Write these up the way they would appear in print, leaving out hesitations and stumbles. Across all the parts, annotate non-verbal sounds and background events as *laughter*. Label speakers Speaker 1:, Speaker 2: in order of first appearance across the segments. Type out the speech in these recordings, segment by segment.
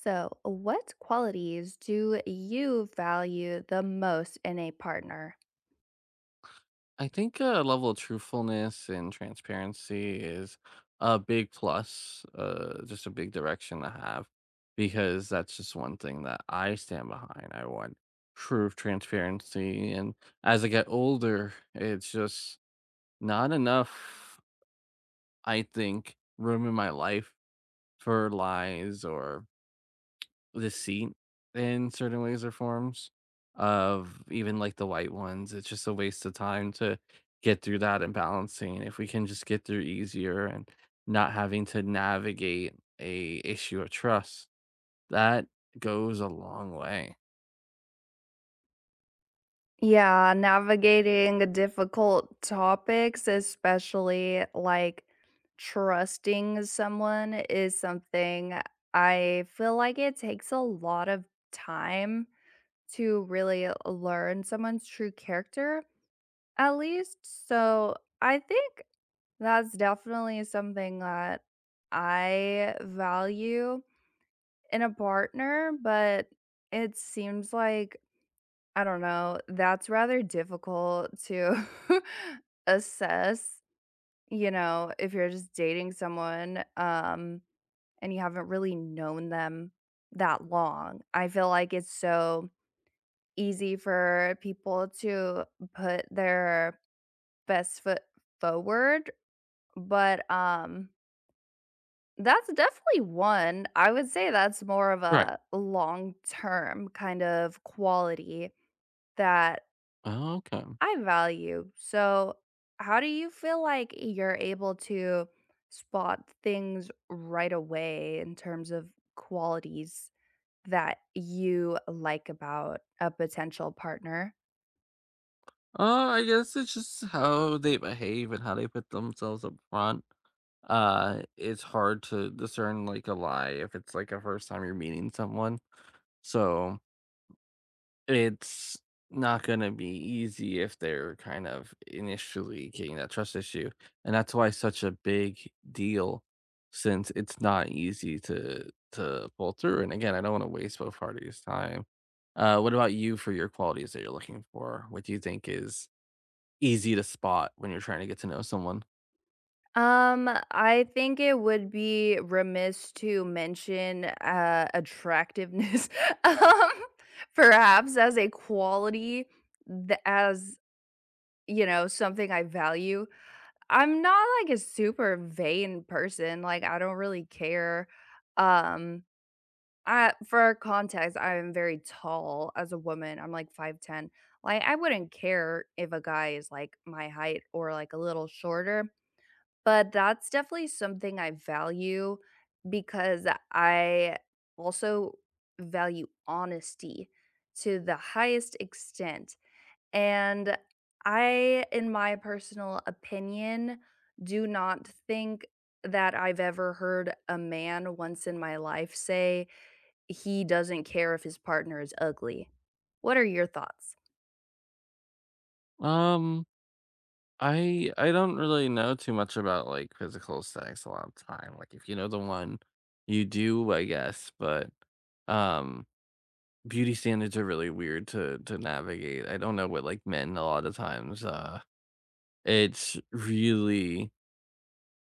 Speaker 1: So, what qualities do you value the most in a partner?
Speaker 2: I think a level of truthfulness and transparency is a big plus, just a big direction to have, because that's just one thing that I stand behind. I want truth, transparency, and as I get older, it's just not enough. I think room in my life for lies or deceit in certain ways or forms of even, like, the white ones, it's just a waste of time to get through that and balancing, if we can just get through easier and not having to navigate a issue of trust, that goes a long way.
Speaker 1: Yeah, navigating difficult topics, especially like trusting someone, is something I feel like it takes a lot of time to really learn someone's true character, at least. So I think that's definitely something that I value in a partner, but it seems like, I don't know, that's rather difficult to *laughs* assess, you know, if you're just dating someone, and you haven't really known them that long. I feel like it's so easy for people to put their best foot forward, but that's definitely one. I would say that's more of
Speaker 2: Right.
Speaker 1: a long term kind of quality that
Speaker 2: Oh, okay.
Speaker 1: I value. So, how do you feel like you're able to spot things right away in terms of qualities that you like about a potential partner?
Speaker 2: I guess it's just how they behave and how they put themselves up front. It's hard to discern, like, a lie if it's, like, a first time you're meeting someone, so it's not gonna be easy if they're kind of initially getting that trust issue, and that's why it's such a big deal since it's not easy to pull through, and again, I don't wanna waste both parties' time. What about you for your qualities that you're looking for? What do you think is easy to spot when you're trying to get to know someone?
Speaker 1: I think it would be remiss to mention attractiveness *laughs* um perhaps as a quality as, you know, something I value. I'm not like a super vain person, like I don't really care. Um I, for context, I'm very tall as a woman. I'm like 5'10. Like I wouldn't care if a guy is like my height or like a little shorter, but that's definitely something I value because I also value honesty to the highest extent. And I, in my personal opinion, do not think that I've ever heard a man once in my life say he doesn't care if his partner is ugly. What are your thoughts?
Speaker 2: Um I don't really know too much about, like, physical sex a lot of time, like, if you know the one, you do, I guess, but, um, beauty standards are really weird to navigate. I don't know what, like, men a lot of times, it's really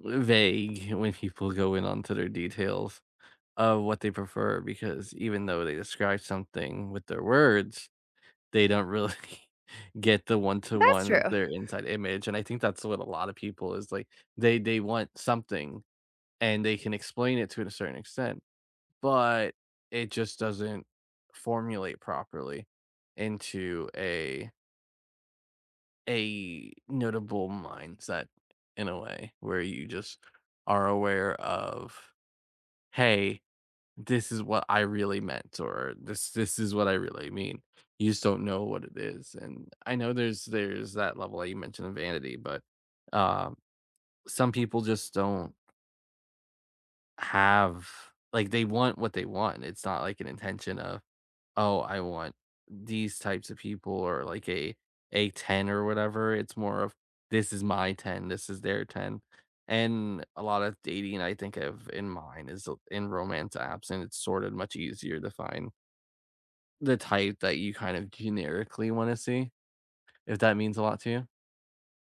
Speaker 2: vague when people go in onto their details of what they prefer because even though they describe something with their words, they don't really *laughs* get the one to
Speaker 1: That's
Speaker 2: one of *laughs*
Speaker 1: true.
Speaker 2: their inside image, and I think that's what a lot of people is like, they want something, and they can explain it to a certain extent, but it just doesn't formulate properly into a notable mindset in a way where you just are aware of, "Hey, this is what I really meant, or this is what I really mean. You just don't know what it is, and I know there's that level that you mentioned of vanity, but, um, some people just don't have like, they want what they want. It's not like an intention of, "Oh, I want these types of people," or like a 10 or whatever. It's more of, "This is my 10, this is their 10." And a lot of dating I think of in mine is, in romance apps, and it's sorted much easier to find the type that you kind of generically wanna see, if that means a lot to you.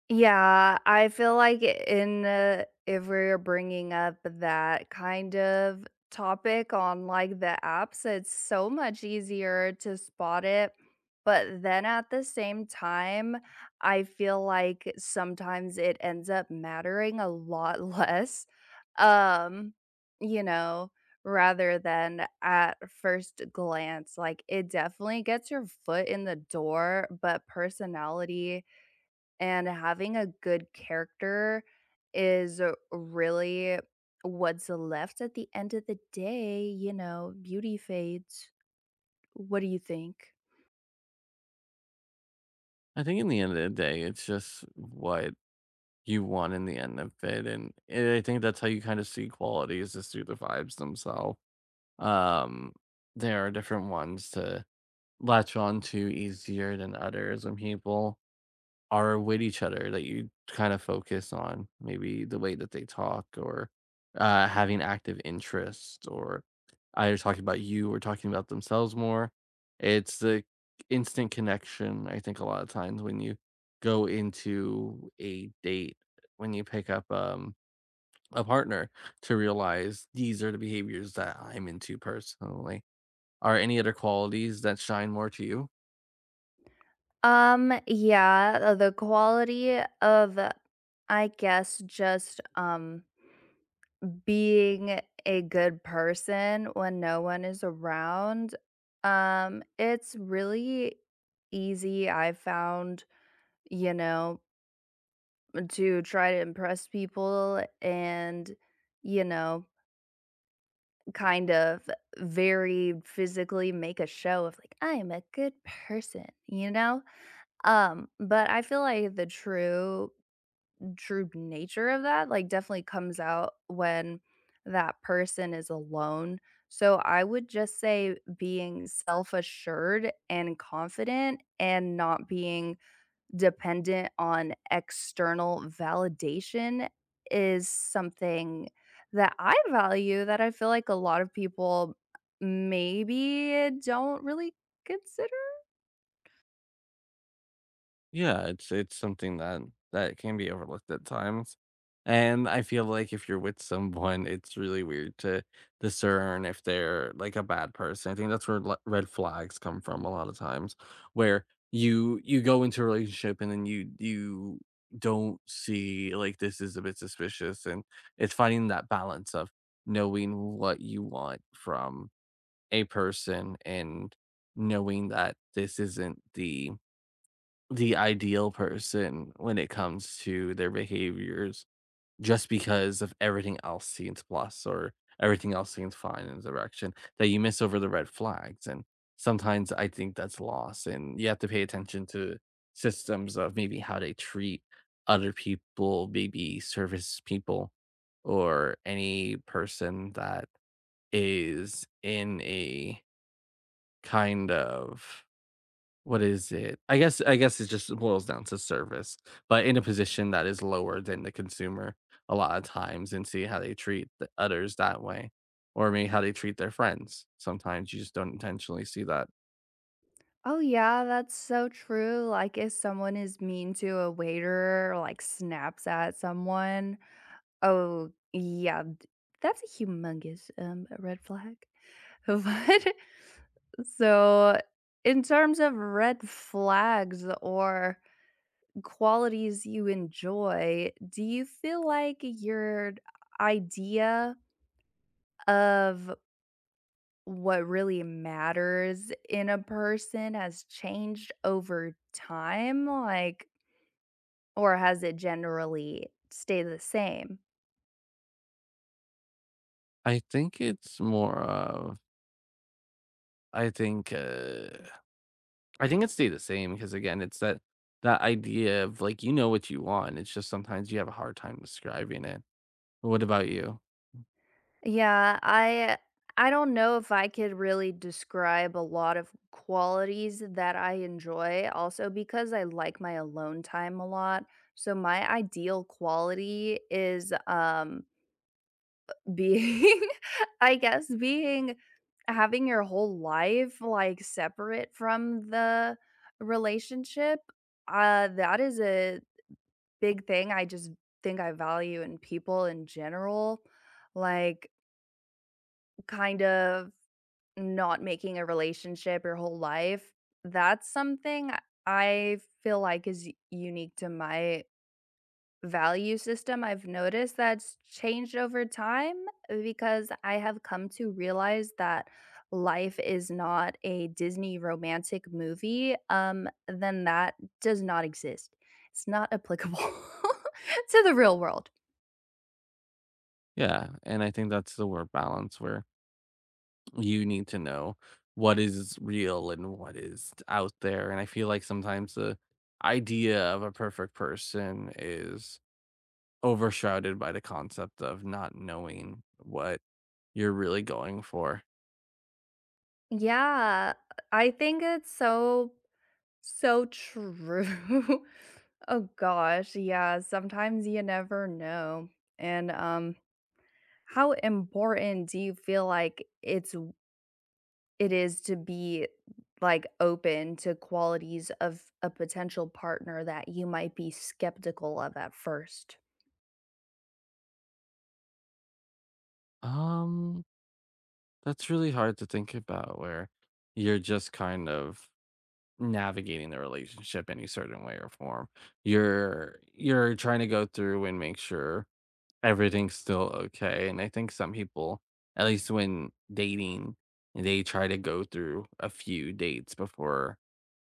Speaker 1: Yeah, I feel like in the, if we're bringing up that kind of topic on like the apps, it's so much easier to spot it. But then at the same time, I feel like sometimes it ends up mattering a lot *laughs* less. Um, you know, rather than at first glance, like it definitely gets your foot in the door, but personality and having a good character is really what's left at the end of the day, you know, beauty fades. What do you think?
Speaker 2: I think in the end of the day, it's just what you want in the end of it, and I think that's how you kind of see quality is just through the vibes themselves. Um, there are different ones to latch on to easier than others when people are with each other that you kind of focus on, maybe the way that they talk or having active interest or either talking about you or talking about themselves more. It's the instant connection, I think, a lot of times when you go into a date, when you pick up a partner to realize these are the behaviors that I'm into personally. Are any other qualities that shine more to you?
Speaker 1: Yeah, the quality of, I guess, just being a good person when no one is around. It's really easy, I found, you know, to try to impress people and, you know, kind of very physically make a show of like, I am a good person, you know? But I feel like the true nature of that like definitely comes out when that person is alone. So I would just say being self-assured and confident and not being dependent on external validation is something that I value that I feel like a lot of people maybe don't really consider.
Speaker 2: Yeah, it's something that can be overlooked at times. And I feel like if you're with someone, it's really weird to discern if they're like a bad person. I think that's where red flags come from a lot of times, where you go into a relationship and then you don't see like this is a bit suspicious, and it's finding that balance of knowing what you want from a person and knowing that this isn't the ideal person when it comes to their behaviors just because of everything else seems plus or everything else seems fine in the direction that you miss over the red flags. And sometimes I think that's lost and you have to pay attention to systems of maybe how they treat other people, maybe service people or any person that is in a kind of what is it? I guess it just boils down to service, but in a position that is lower than the consumer a lot of times and see how they treat the others that way, or maybe how they treat their friends. Sometimes you just don't intentionally see that.
Speaker 1: Oh, yeah, that's so true. Like, if someone is mean to a waiter or like snaps at someone, oh, yeah, that's a humongous red flag. *laughs* But so, in terms of red flags or qualities you enjoy, do you feel like your idea of what really matters in a person has changed over time? Like, or has it generally stayed the same?
Speaker 2: I think it's more of I think uh, I think it stay the same because again, it's that idea of like you know what you want. It's just sometimes you have a hard time describing it. What about you?
Speaker 1: Yeah, I don't know if I could really describe a lot of qualities that I enjoy also because I like my alone time a lot. So my ideal quality is being *laughs* I guess being, having your whole life, like, separate from the relationship, that is a big thing I just think I value in people in general, like, kind of not making a relationship your whole life. That's something I feel like is unique to my value system I've noticed that's changed over time, because I have come to realize that life is not a Disney romantic movie, then that does not exist. It's not applicable *laughs* to the real world.
Speaker 2: Yeah, and I think that's the word balance where you need to know what is real and what is out there. And I feel like sometimes the idea of a perfect person is overshrouded by the concept of not knowing what you're really going for.
Speaker 1: Yeah, I think it's so, so true. *laughs* Oh gosh, yeah, sometimes you never know. And how important do you feel like it is to be like open to qualities of a potential partner that you might be skeptical of at first.
Speaker 2: Um, that's really hard to think about where you're just kind of navigating the relationship any certain way or form. You're trying to go through and make sure everything's still okay, and I think some people, at least when dating, they try to go through a few dates before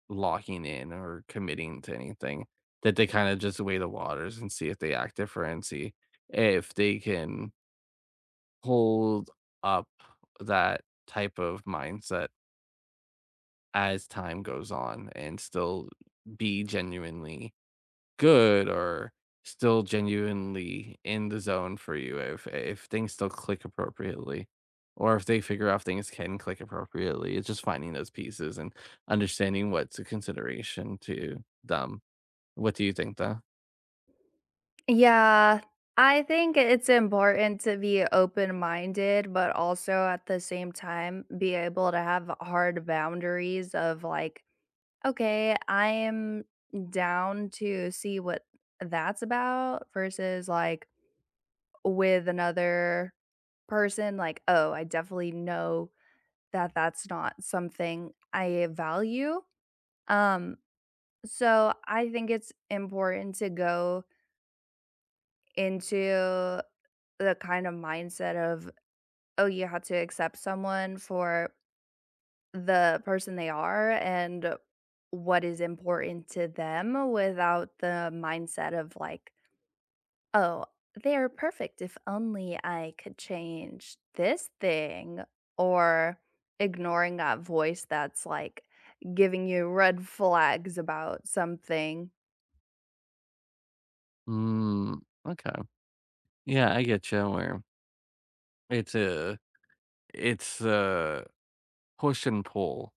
Speaker 2: locking in or committing to anything, that they kinda just weigh the waters and see if they act different and see if they can hold up that type of mindset as time goes on and still be genuinely good or still genuinely in the zone for you if things still click appropriately or if they figure out things can click appropriately. It's just finding those pieces and understanding what's a consideration to them. What do you think though?
Speaker 1: Yeah, I think it's important to be open minded, but also at the same time be able to have hard boundaries of like, okay, I am down to see what that's about versus like with another person, like, oh, I definitely know that that's not something I value. Um, so I think it's important to go into the kind of mindset of, oh, you have to accept someone for the person they are and what is important to them without the mindset of like, oh, they are perfect if only I could change this thing or ignoring that voice that's like giving you red flags about something.
Speaker 2: Mm, okay. Yeah, I get you where it's a it's a push and pull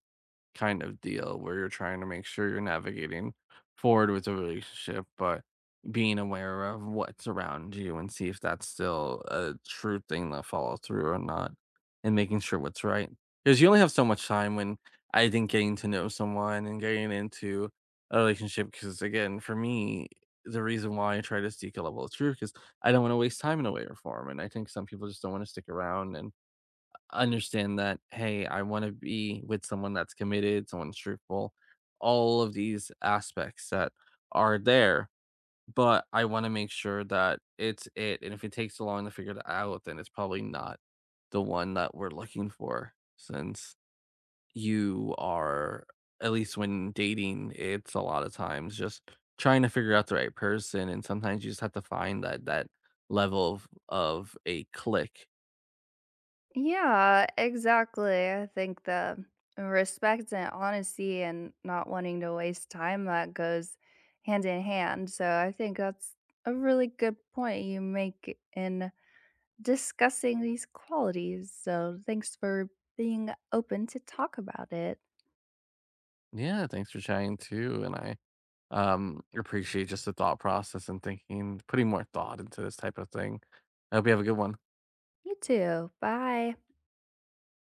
Speaker 2: kind of deal where you're trying to make sure you're navigating forward with the relationship, but being aware of what's around you and see if that's still a true thing that follows through or not, and making sure what's right. Because you only have so much time when I think getting to know someone and getting into a relationship. Because again, for me, the reason why I try to seek a level of truth is I don't want to waste time in a way or form. And I think some people just don't want to stick around and understand that, hey, I want to be with someone that's committed, someone that's truthful, all of these aspects that are there, but I want to make sure that it's it. And if it takes so long to figure that out, then it's probably not the one that we're looking for since you are at least when dating it's a lot of times just trying to figure out the right person and sometimes you just have to find that level of a click.
Speaker 1: Yeah, exactly. I think the respect and honesty and not wanting to waste time that goes hand in hand. So I think that's a really good point you make in discussing these qualities. So thanks for being open to talk about it.
Speaker 2: Yeah, thanks for chatting too and I appreciate just the thought process and thinking, putting more thought into this type of thing. I hope you have a good one.
Speaker 1: You too. Bye.